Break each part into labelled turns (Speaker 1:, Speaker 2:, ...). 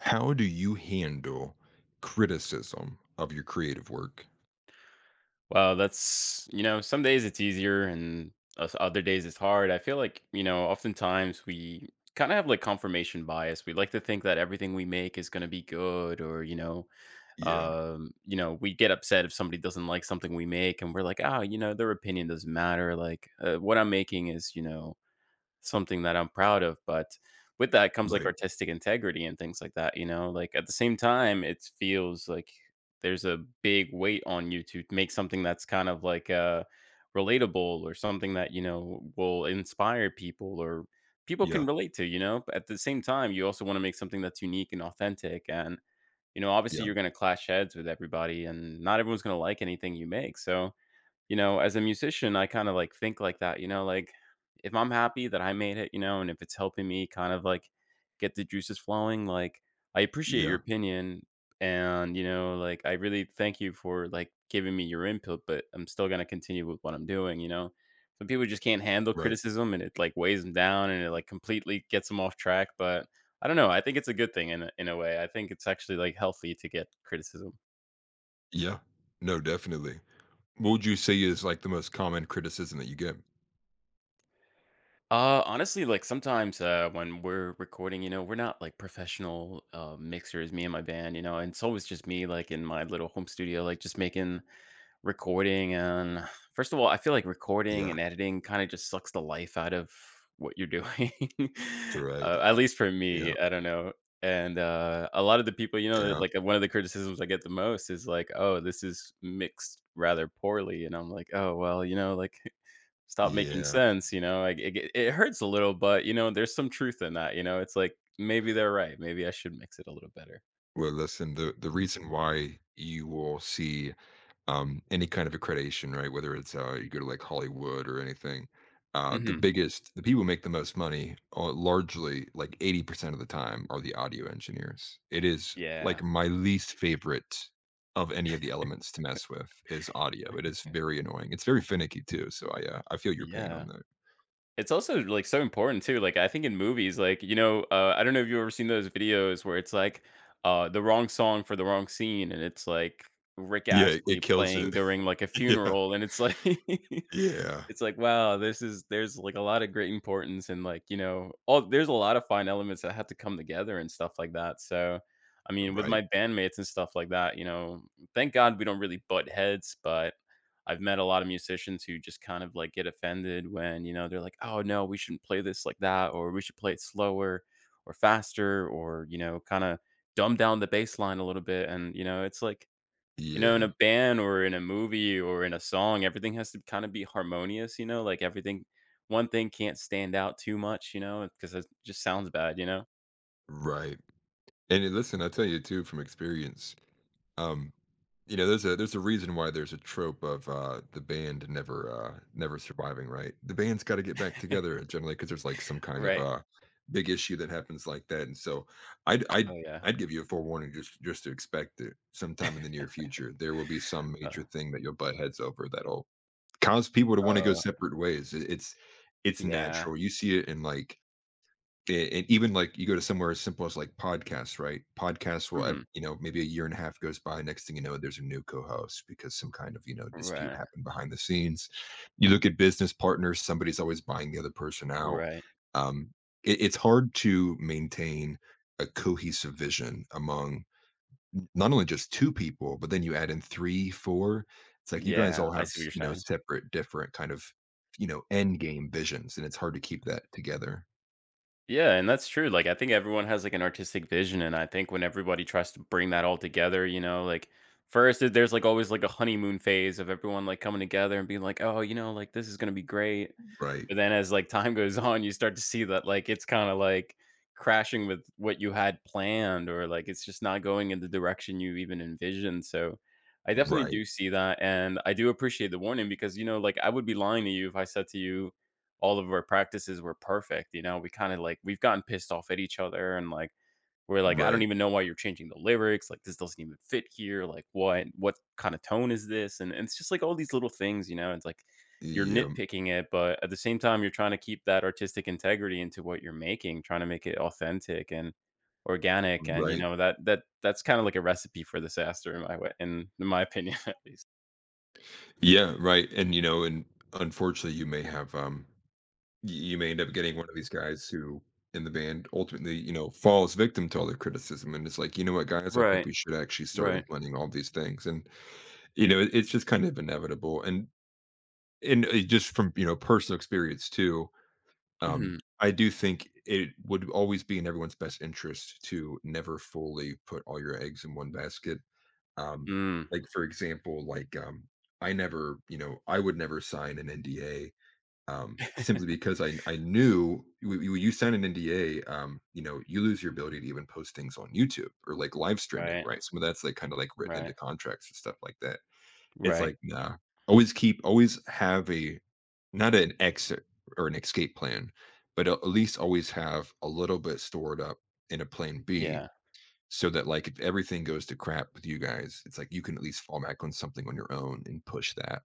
Speaker 1: How do you handle criticism of your creative work?
Speaker 2: Well, that's some days it's easier, and other days it's hard. I feel like, oftentimes we kind of have like confirmation bias. We like to think that everything we make is going to be good or,
Speaker 1: Yeah.
Speaker 2: we get upset if somebody doesn't like something we make, and we're like, "Ah, their opinion doesn't matter. Like what I'm making is, something that I'm proud of, but with that comes, like,
Speaker 1: Right.
Speaker 2: artistic integrity and things like that. Like, at the same time, it feels like there's a big weight on you to make something that's kind of, like, relatable or something that, will inspire people or people
Speaker 1: Yeah.
Speaker 2: can relate to. But at the same time, you also wanna make something that's unique and authentic, and, obviously,
Speaker 1: Yeah.
Speaker 2: you're gonna clash heads with everybody, and not everyone's gonna like anything you make, so as a musician, I kind of like think like that, like if I'm happy that I made it, and if it's helping me kind of like get the juices flowing, like I appreciate your
Speaker 1: Yeah.
Speaker 2: opinion and, like I really thank you for like giving me your input, but I'm still going to continue with what I'm doing. Some people just can't handle
Speaker 1: Right.
Speaker 2: criticism, and it like weighs them down and it like completely gets them off track. But I don't know, I think it's a good thing in a way. I think it's actually like healthy to get criticism.
Speaker 1: Yeah. No, definitely. What would you say is like the most common criticism that you get?
Speaker 2: Honestly, like sometimes when we're recording, we're not like professional mixers, me and my band, and it's always just me like in my little home studio, like just making recording. And first of all, I feel like recording
Speaker 1: Yeah.
Speaker 2: and editing kind of just sucks the life out of what you're doing,
Speaker 1: Right.
Speaker 2: at least for me.
Speaker 1: Yeah.
Speaker 2: I don't know. And a lot of the people, that,
Speaker 1: Yeah.
Speaker 2: like one of the criticisms I get the most is like, oh, this is mixed rather poorly. And I'm like, oh, well, like stop making
Speaker 1: Yeah.
Speaker 2: sense. Like, it hurts a little, but, there's some truth in that. It's like, maybe they're right, maybe I should mix it a little better.
Speaker 1: Well, listen, the reason why you will see any kind of accreditation, right? Whether it's you go to like Hollywood or anything, the
Speaker 2: Mhm.
Speaker 1: biggest, the people who make the most money, largely like 80% of the time, are the audio engineers. It is
Speaker 2: Yeah.
Speaker 1: like my least favorite of any of the elements to mess with is audio. It is very annoying. It's very finicky too. So I feel your pain on
Speaker 2: Yeah.
Speaker 1: that.
Speaker 2: It's also, like, so important too, like, I think in movies, like, I don't know if you've ever seen those videos where it's, like, the wrong song for the wrong scene, and it's, like, Rick
Speaker 1: Yeah,
Speaker 2: Astley
Speaker 1: it kills
Speaker 2: playing
Speaker 1: it.
Speaker 2: during, like, a
Speaker 1: Yeah,
Speaker 2: funeral, and it's, like,
Speaker 1: yeah,
Speaker 2: it's, like, wow, this is there's, like, a lot of great importance and, like, all there's a lot of fine elements that have to come together and stuff like that, so, I mean, with my
Speaker 1: right.
Speaker 2: bandmates and stuff like that, thank God we don't really butt heads. But I've met a lot of musicians who just kind of like get offended when, they're like, "Oh no, we shouldn't play this like that," or "We should play it slower or faster," or, kind of dumb down the bass line a little bit. And, it's like, in
Speaker 1: Yeah,
Speaker 2: a band or in a movie or in a song, everything has to kind of be harmonious, like everything, one thing can't stand out too much, because it just sounds bad.
Speaker 1: right. And listen, I tell you too from experience. Um, you know, there's a reason why there's a trope of the band never never surviving, right? The band's got to get back together generally because there's like some kind of
Speaker 2: Right.
Speaker 1: big issue that happens like that, and so I'd I'd
Speaker 2: Oh yeah.
Speaker 1: I'd give you a forewarning, just to expect that sometime in the near future there will be some
Speaker 2: Uh,
Speaker 1: major thing that you'll butt heads over that'll cause people to want to go
Speaker 2: oh
Speaker 1: separate ways. It's
Speaker 2: yeah.
Speaker 1: natural. You see it in like it even like you go to somewhere as simple as like podcasts, right?
Speaker 2: Mhm.
Speaker 1: You know, maybe a year and a half goes by. Next thing you know, there's a new co-host because some kind of, you know, dispute
Speaker 2: Right.
Speaker 1: happened behind the scenes. You look at business partners; somebody's always buying the other person out.
Speaker 2: Right.
Speaker 1: Um, it's hard to maintain a cohesive vision among not only just two people, but then you add in three, four. It's like you guys
Speaker 2: Yeah.
Speaker 1: all
Speaker 2: I
Speaker 1: have
Speaker 2: see what you're
Speaker 1: you know,
Speaker 2: saying.
Speaker 1: separate, different kind of you know end game visions, and it's hard to keep that together.
Speaker 2: Yeah, and that's true. Like I think everyone has like an artistic vision, and I think when everybody tries to bring that all together, like first there's like always like a honeymoon phase of everyone like coming together and being like, "Oh, like this is going to be great."
Speaker 1: Right.
Speaker 2: But then as like time goes on, you start to see that like it's kind of like crashing with what you had planned or like it's just not going in the direction you even envisioned. So I definitely
Speaker 1: Right.
Speaker 2: do see that, and I do appreciate the warning, because like I would be lying to you if I said to you all of our practices were perfect. We kind of like we've gotten pissed off at each other, and like we're like, I don't
Speaker 1: Right.
Speaker 2: even know why you're changing the lyrics, like this doesn't even fit here, like what kind of tone is this? And it's just like all these little things. It's like you're
Speaker 1: Yeah.
Speaker 2: nitpicking it, but at the same time, you're trying to keep that artistic integrity into what you're making, trying to make it authentic and organic, and you
Speaker 1: Right.
Speaker 2: know that's kind of like a recipe for disaster in my way, in my opinion, at least.
Speaker 1: Yeah. Right. And you know, and unfortunately, you may have you may end up getting one of these guys who in the band ultimately, you know, falls victim to all the criticism, and it's like, you know what, guys, I think
Speaker 2: Right,
Speaker 1: we should actually start
Speaker 2: right,
Speaker 1: implementing all these things, and you know, it's just kind of inevitable, and just from you know personal experience too, I do think it would always be in everyone's best interest to never fully put all your eggs in one basket. Um,
Speaker 2: mm.
Speaker 1: like, for example, like, I never, you know, I would never sign an NDA, simply because I knew when you sign an NDA, you know, you lose your ability to even post things on YouTube or, like, live streaming,
Speaker 2: Right,
Speaker 1: right? Some of that's, like, kinda, like, written
Speaker 2: right,
Speaker 1: into contracts and stuff like that. It's
Speaker 2: right,
Speaker 1: like, nah. Always have a not an exit or an escape plan, but a at least always have a little bit stored up in a plan B
Speaker 2: yeah.
Speaker 1: so that, like, if everything goes to crap with you guys, it's like you can at least fall back on something on your own and push that.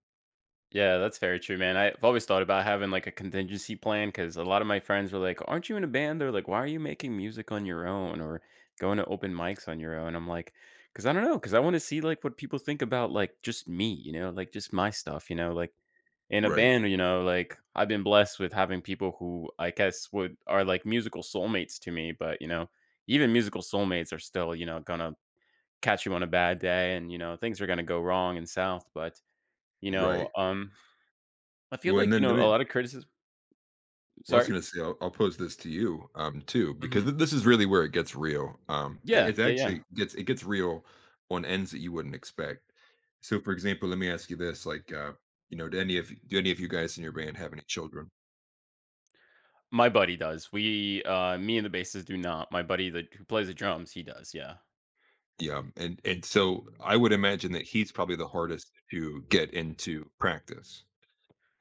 Speaker 2: Yeah, that's very true, man. I've always thought about having like a contingency plan, because a lot of my friends were like, "Aren't you in a band?" They're like, "Why are you making music on your own or going to open mics on your own?" I'm like, "Cause I don't know, cause I want to see like what people think about like just me, like just my stuff, like in a
Speaker 1: Right,
Speaker 2: band, like I've been blessed with having people who I guess would are like musical soulmates to me, but even musical soulmates are still, gonna catch you on a bad day, and things are gonna go wrong and south, but you know,
Speaker 1: right.
Speaker 2: um I feel
Speaker 1: Well,
Speaker 2: like,
Speaker 1: and then let
Speaker 2: a
Speaker 1: me
Speaker 2: lot of criticism
Speaker 1: Well, I was
Speaker 2: sorry?
Speaker 1: gonna say I'll pose this to you, too, because
Speaker 2: Mhm.
Speaker 1: this is really where it gets real. Um,
Speaker 2: Yeah,
Speaker 1: it, it
Speaker 2: yeah, yeah.
Speaker 1: actually gets it gets real on ends that you wouldn't expect. So, for example, let me ask you this: like, you know, do any of you guys in your band have any children?
Speaker 2: My buddy does. We, me and the bassist do not. My buddy that who plays the drums, he does, yeah.
Speaker 1: Yeah, and so I would imagine that he's probably the hardest to get into practice.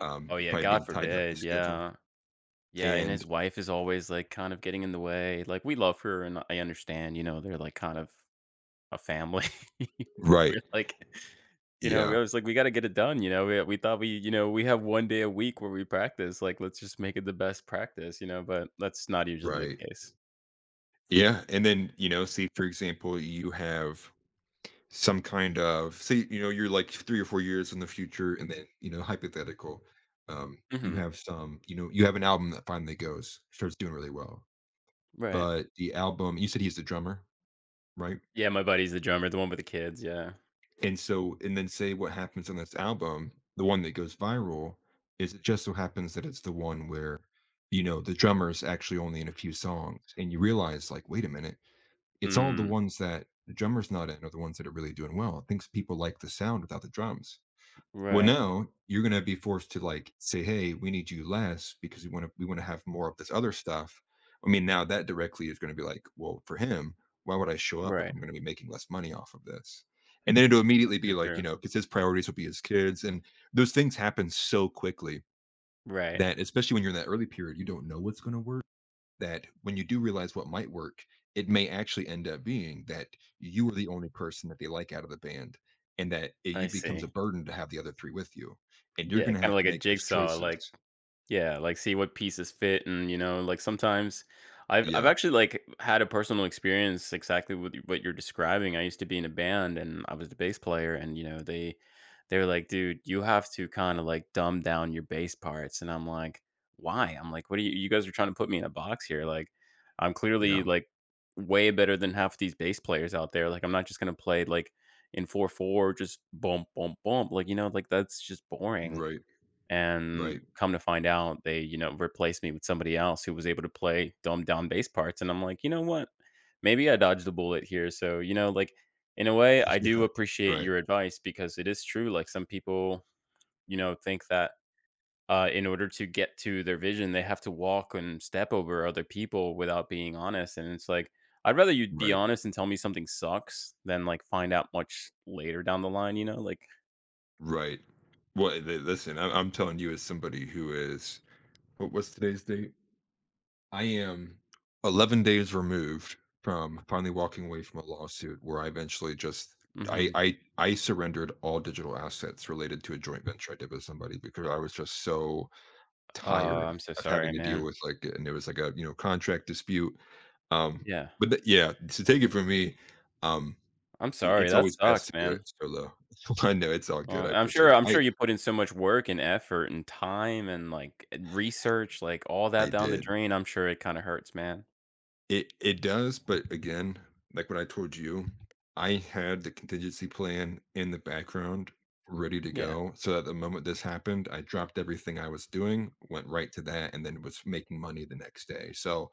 Speaker 2: Oh, yeah,
Speaker 1: Probably
Speaker 2: God
Speaker 1: being tied up with
Speaker 2: forbid,
Speaker 1: schedule.
Speaker 2: yeah. Yeah, and his
Speaker 1: And
Speaker 2: wife is always, like, kind of getting in the way. Like, we love her, and I understand, they're, like, kind of a family, but
Speaker 1: right.
Speaker 2: we're like, I
Speaker 1: Yeah.
Speaker 2: was like, "We gotta get it done," you know? We thought we have 1 day a week where we practice, like, let's just make it the best practice. But that's not usually the
Speaker 1: Right.
Speaker 2: case.
Speaker 1: Yeah. And then, you know, see, for example, you have some kind of say, you know, you're like 3 or 4 years in the future, and then, you know, hypothetical. You
Speaker 2: Mhm.
Speaker 1: have some, you know, you have an album that finally goes, starts doing really well.
Speaker 2: Right.
Speaker 1: But the album, you said he's the drummer, right?
Speaker 2: Yeah, my buddy's the drummer, the one with the kids, yeah.
Speaker 1: And so, and then say what happens on this album, the one that goes viral, is it just so happens that it's the one where, you know, the drummer's actually only in a few songs. And you realize, like, wait a minute, it's all the
Speaker 2: Mm.
Speaker 1: ones that the drummer's not in are the ones that are really doing well. It thinks people like the sound without the drums. Well,
Speaker 2: Right,
Speaker 1: no, you're gonna be forced to like say, "Hey, we need you less because we want to have more of this other stuff." I mean, now that directly is going to be like, well, for him, why would I show up if
Speaker 2: right.
Speaker 1: I'm going to be making less money off of this? And then it'll immediately
Speaker 2: So
Speaker 1: be like, you
Speaker 2: true.
Speaker 1: know, because his priorities will be his kids, and those things happen so quickly
Speaker 2: Right,
Speaker 1: that, especially when you're in that early period, you don't know what's going to work, that when you do realize what might work, it may actually end up being that you are the only person that they like out of the band and that it
Speaker 2: I
Speaker 1: you becomes
Speaker 2: see.
Speaker 1: a burden to have the other 3 with you, and you're
Speaker 2: Yeah,
Speaker 1: gonna
Speaker 2: kinda
Speaker 1: have
Speaker 2: like
Speaker 1: to
Speaker 2: a
Speaker 1: make those
Speaker 2: jigsaw, like
Speaker 1: choices.
Speaker 2: yeah, like, see what pieces fit, and, like, sometimes I've
Speaker 1: Yeah,
Speaker 2: actually, like, had a personal experience exactly with what you're describing. I used to be in a band and I was the bass player, and, they're like, "Dude, you have to kinda, like, dumb down your bass parts," and I'm like, "Why?" I'm like, "What are you guys are trying to put me in a box here, like, I'm clearly,
Speaker 1: yeah,
Speaker 2: like, way better than half these bass players out there, like, I'm not just gonna play, like, in 4/4, just bump, bump, bump, like, like, that's just boring."
Speaker 1: right,
Speaker 2: And
Speaker 1: right,
Speaker 2: come to find out, they, replaced me with somebody else who was able to play dumbed down bass parts. And I'm like, you know what? Maybe I dodged a bullet here. So, like in a way, I do
Speaker 1: yeah,
Speaker 2: appreciate
Speaker 1: right,
Speaker 2: your advice, because it is true. Like some people, think that in order to get to their vision, they have to walk and step over other people without being honest. And it's like, I'd rather you be
Speaker 1: right,
Speaker 2: honest and tell me something sucks than like find out much later down the line. Like,
Speaker 1: right. Well, li listen, I'm telling you as somebody who is, what what's today's date? I am 11 days removed from finally walking away from a lawsuit where I eventually just I
Speaker 2: hmm.
Speaker 1: I I surrendered all digital assets related to a joint venture I did with somebody because I was just so
Speaker 2: Oh,
Speaker 1: tired
Speaker 2: I'm so
Speaker 1: of
Speaker 2: sorry,
Speaker 1: having to deal
Speaker 2: man.
Speaker 1: with like, and it was like a you know contract dispute. Um
Speaker 2: Yeah.
Speaker 1: but yeah, to take it from me, um
Speaker 2: I'm sorry,
Speaker 1: it's
Speaker 2: that
Speaker 1: always best
Speaker 2: sucks,
Speaker 1: to do it
Speaker 2: man.
Speaker 1: solo. I know it's all good. I
Speaker 2: I'm
Speaker 1: appreciate
Speaker 2: sure
Speaker 1: it.
Speaker 2: I'm sure you put in so much work and effort and time and, like, research, like, all that
Speaker 1: I
Speaker 2: down the
Speaker 1: did.
Speaker 2: drain, I'm sure it kinda hurts, man.
Speaker 1: It does, but again, like what I told you, I had the contingency plan in the background ready to
Speaker 2: Yeah,
Speaker 1: go, so that the moment this happened, I dropped everything I was doing, went right to that, and then was making money the next day. So,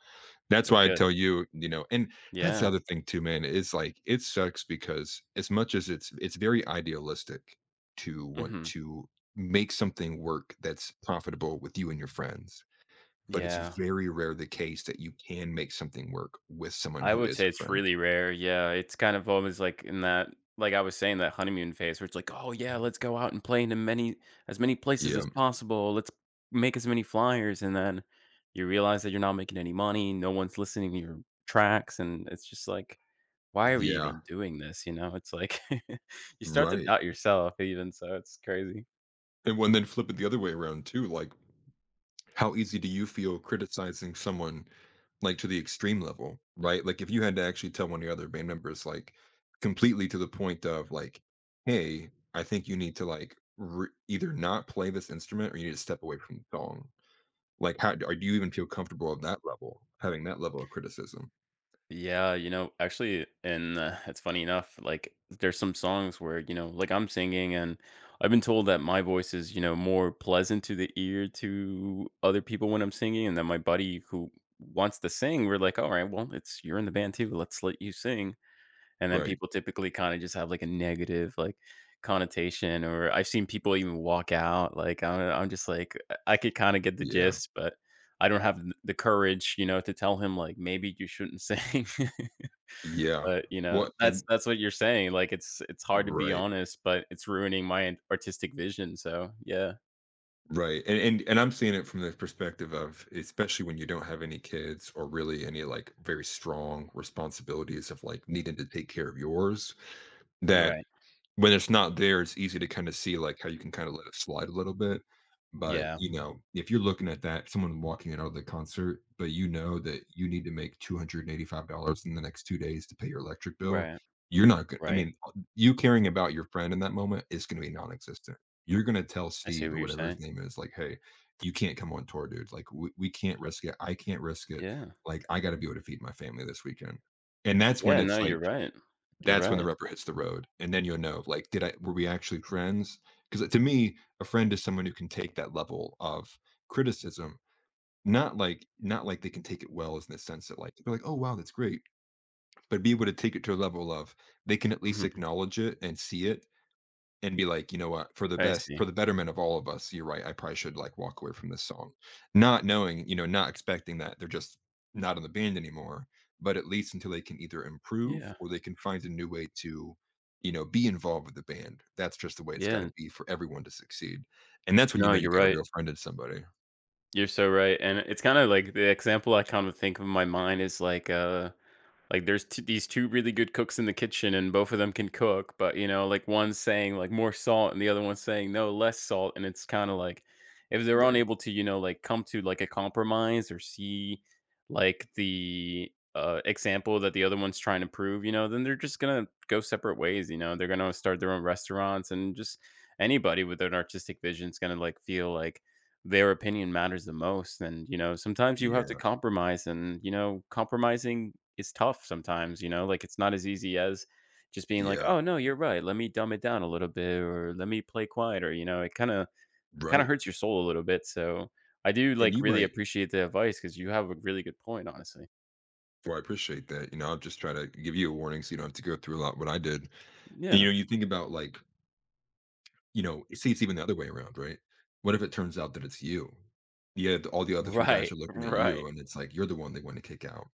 Speaker 1: that's
Speaker 2: that's
Speaker 1: why I
Speaker 2: good.
Speaker 1: tell you, you know, and that's the
Speaker 2: Yeah,
Speaker 1: other thing too, man, is like it sucks because as much as it's very idealistic to want
Speaker 2: mhm.
Speaker 1: to make something work that's profitable with you and your friends. But it's
Speaker 2: Yeah,
Speaker 1: very rare the case that you can make something work with someone
Speaker 2: I
Speaker 1: who
Speaker 2: would
Speaker 1: is
Speaker 2: say
Speaker 1: a
Speaker 2: it's
Speaker 1: friend.
Speaker 2: really rare, yeah, it's kind of always, like, in that like I was saying, that honeymoon phase where it's like, "Oh, yeah, let's go out and play in many as many places as
Speaker 1: Yeah,
Speaker 2: possible, let's make as many flyers," and then you realize that you're not making any money, no one's listening to your tracks, and it's just like why are we
Speaker 1: yeah,
Speaker 2: even doing this. It's like you start to
Speaker 1: right.
Speaker 2: doubt yourself even, so it's crazy.
Speaker 1: And when, then flip it the other way around too, like how easy do you feel criticizing someone like to the extreme level, right? Like if you had to actually tell one of your other band members like completely to the point of like, hey, I think you need to like either not play this instrument or you need to step away from the song. Like, how are do you even feel comfortable at that level, having that level of criticism?
Speaker 2: Yeah, actually, and it's funny enough, like there's some songs where, like I'm singing, and I've been told that my voice is, more pleasant to the ear to other people when I'm singing. And then my buddy who wants to sing, we're like, all right, well, it's you're in the band too. Let's let you sing. And then
Speaker 1: Right.
Speaker 2: people typically kinda just have, like, a negative, like, connotation, or I've seen people even walk out, like, I'm just like, I could kinda get the
Speaker 1: Yeah.
Speaker 2: gist, but I don't have th the courage, to tell him, like, "Maybe you shouldn't sing."
Speaker 1: Yeah.
Speaker 2: But,
Speaker 1: Well,
Speaker 2: that's
Speaker 1: and
Speaker 2: that's what you're saying, like, it's hard to be
Speaker 1: right,
Speaker 2: honest, but it's ruining my artistic vision, so, yeah.
Speaker 1: right, and and I'm seeing it from the perspective of especially when you don't have any kids or really any, like, very strong responsibilities of, like, needing to take care of yours, that
Speaker 2: Right.
Speaker 1: when it's not there, it's easy to kinda see, like, how you can kinda let it slide a little bit, but,
Speaker 2: Yeah.
Speaker 1: you know, if you're looking at that, someone walking out of the concert, but you know that you need to make $285 in the next 2 days to pay your electric bill,
Speaker 2: Right,
Speaker 1: you're not go I
Speaker 2: right.
Speaker 1: mean, you caring about your friend in that moment is gonna be non-existent. You're gonna tell
Speaker 2: I see
Speaker 1: Steve
Speaker 2: what
Speaker 1: or
Speaker 2: you're
Speaker 1: whatever his
Speaker 2: saying.
Speaker 1: name is, like, "Hey, you can't come on tour, dude. Like, we can't risk it. I can't risk it.
Speaker 2: Yeah.
Speaker 1: Like, I gotta be able to feed my family this weekend." And that's
Speaker 2: Yeah,
Speaker 1: when
Speaker 2: no,
Speaker 1: it's
Speaker 2: you're
Speaker 1: like
Speaker 2: right. You're
Speaker 1: that's when the
Speaker 2: right.
Speaker 1: rubber hits the road, and then you'll know, like, did I were we actually friends? Because to me, a friend is someone who can take that level of criticism, not like they can take it well as in the sense that, like, they're like, "Oh, wow, that's great," but be able to take it to a level of they can at least
Speaker 2: Mhm.
Speaker 1: acknowledge it and see it and be like, you know what, for the
Speaker 2: I
Speaker 1: best, for
Speaker 2: see.
Speaker 1: the betterment of all of us, you're right. I probably should like walk away from this song, not knowing, you know, not expecting that they're just not in the band anymore. But at least until they can either improve
Speaker 2: Yeah.
Speaker 1: or they can find a new way to, you know, be involved with the band. That's just the way it's got
Speaker 2: Yeah.
Speaker 1: to be for everyone to succeed. And that's when you
Speaker 2: No,
Speaker 1: know you
Speaker 2: you're
Speaker 1: got a
Speaker 2: right.
Speaker 1: real friend in somebody.
Speaker 2: You're so right, and it's kinda like the example I kind of think of in my mind is like there's t these two really good cooks in the kitchen and both of them can cook, but, like, one's saying, like, "More salt," and the other one's saying, "No, less salt," and it's kinda like if they're
Speaker 1: Right.
Speaker 2: unable to, like, come to, like, a compromise or see, like, the, example that the other one's trying to prove, then they're just gonna go separate ways. They're gonna start their own restaurants, and just anybody with an artistic vision is gonna, like, feel like their opinion matters the most. And sometimes you have to
Speaker 1: Yeah.
Speaker 2: compromise, and compromising is tough sometimes, like it's not as easy as just being like,
Speaker 1: Yeah.
Speaker 2: oh no, you're right, let me dumb it down a little bit or let me play quieter, it kind of
Speaker 1: Right.
Speaker 2: hurts your soul a little bit, so I do
Speaker 1: And
Speaker 2: like
Speaker 1: you
Speaker 2: really
Speaker 1: might,
Speaker 2: appreciate the advice, because you have a really good point, honestly.
Speaker 1: well, I appreciate that. You know, I'll just try to give you a warning so you don't have to go through a lot what I did. And, you
Speaker 2: Yeah,
Speaker 1: know, you think about like, you know, see, it's even the other way around, right? What if it turns out that it's you? Yeah, all the other three
Speaker 2: right,
Speaker 1: guys are looking at
Speaker 2: right,
Speaker 1: you, and it's like you're the one they want to kick out.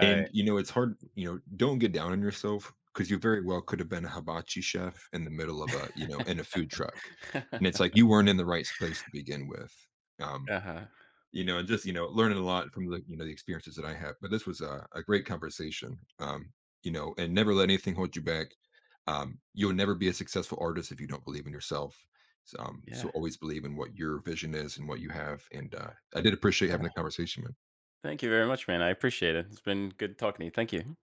Speaker 1: And you know, it's hard. You know, don't get down on yourself because you very well could have been a hibachi chef in the middle of a you know in a food truck, and it's like you weren't in the right place to begin with. Um,
Speaker 2: Uh-huh,
Speaker 1: you know, and just you know, learning a lot from the you know the experiences that I have. But this was a great conversation, you know, and never let anything hold you back. You'll never be a successful artist if you don't believe in yourself. So,
Speaker 2: yeah,
Speaker 1: so always believe in what your vision is and what you have. And I did appreciate
Speaker 2: yeah.
Speaker 1: having the conversation, man.
Speaker 2: Thank you very much, man, I appreciate it. It's been good talking to you. Thank you.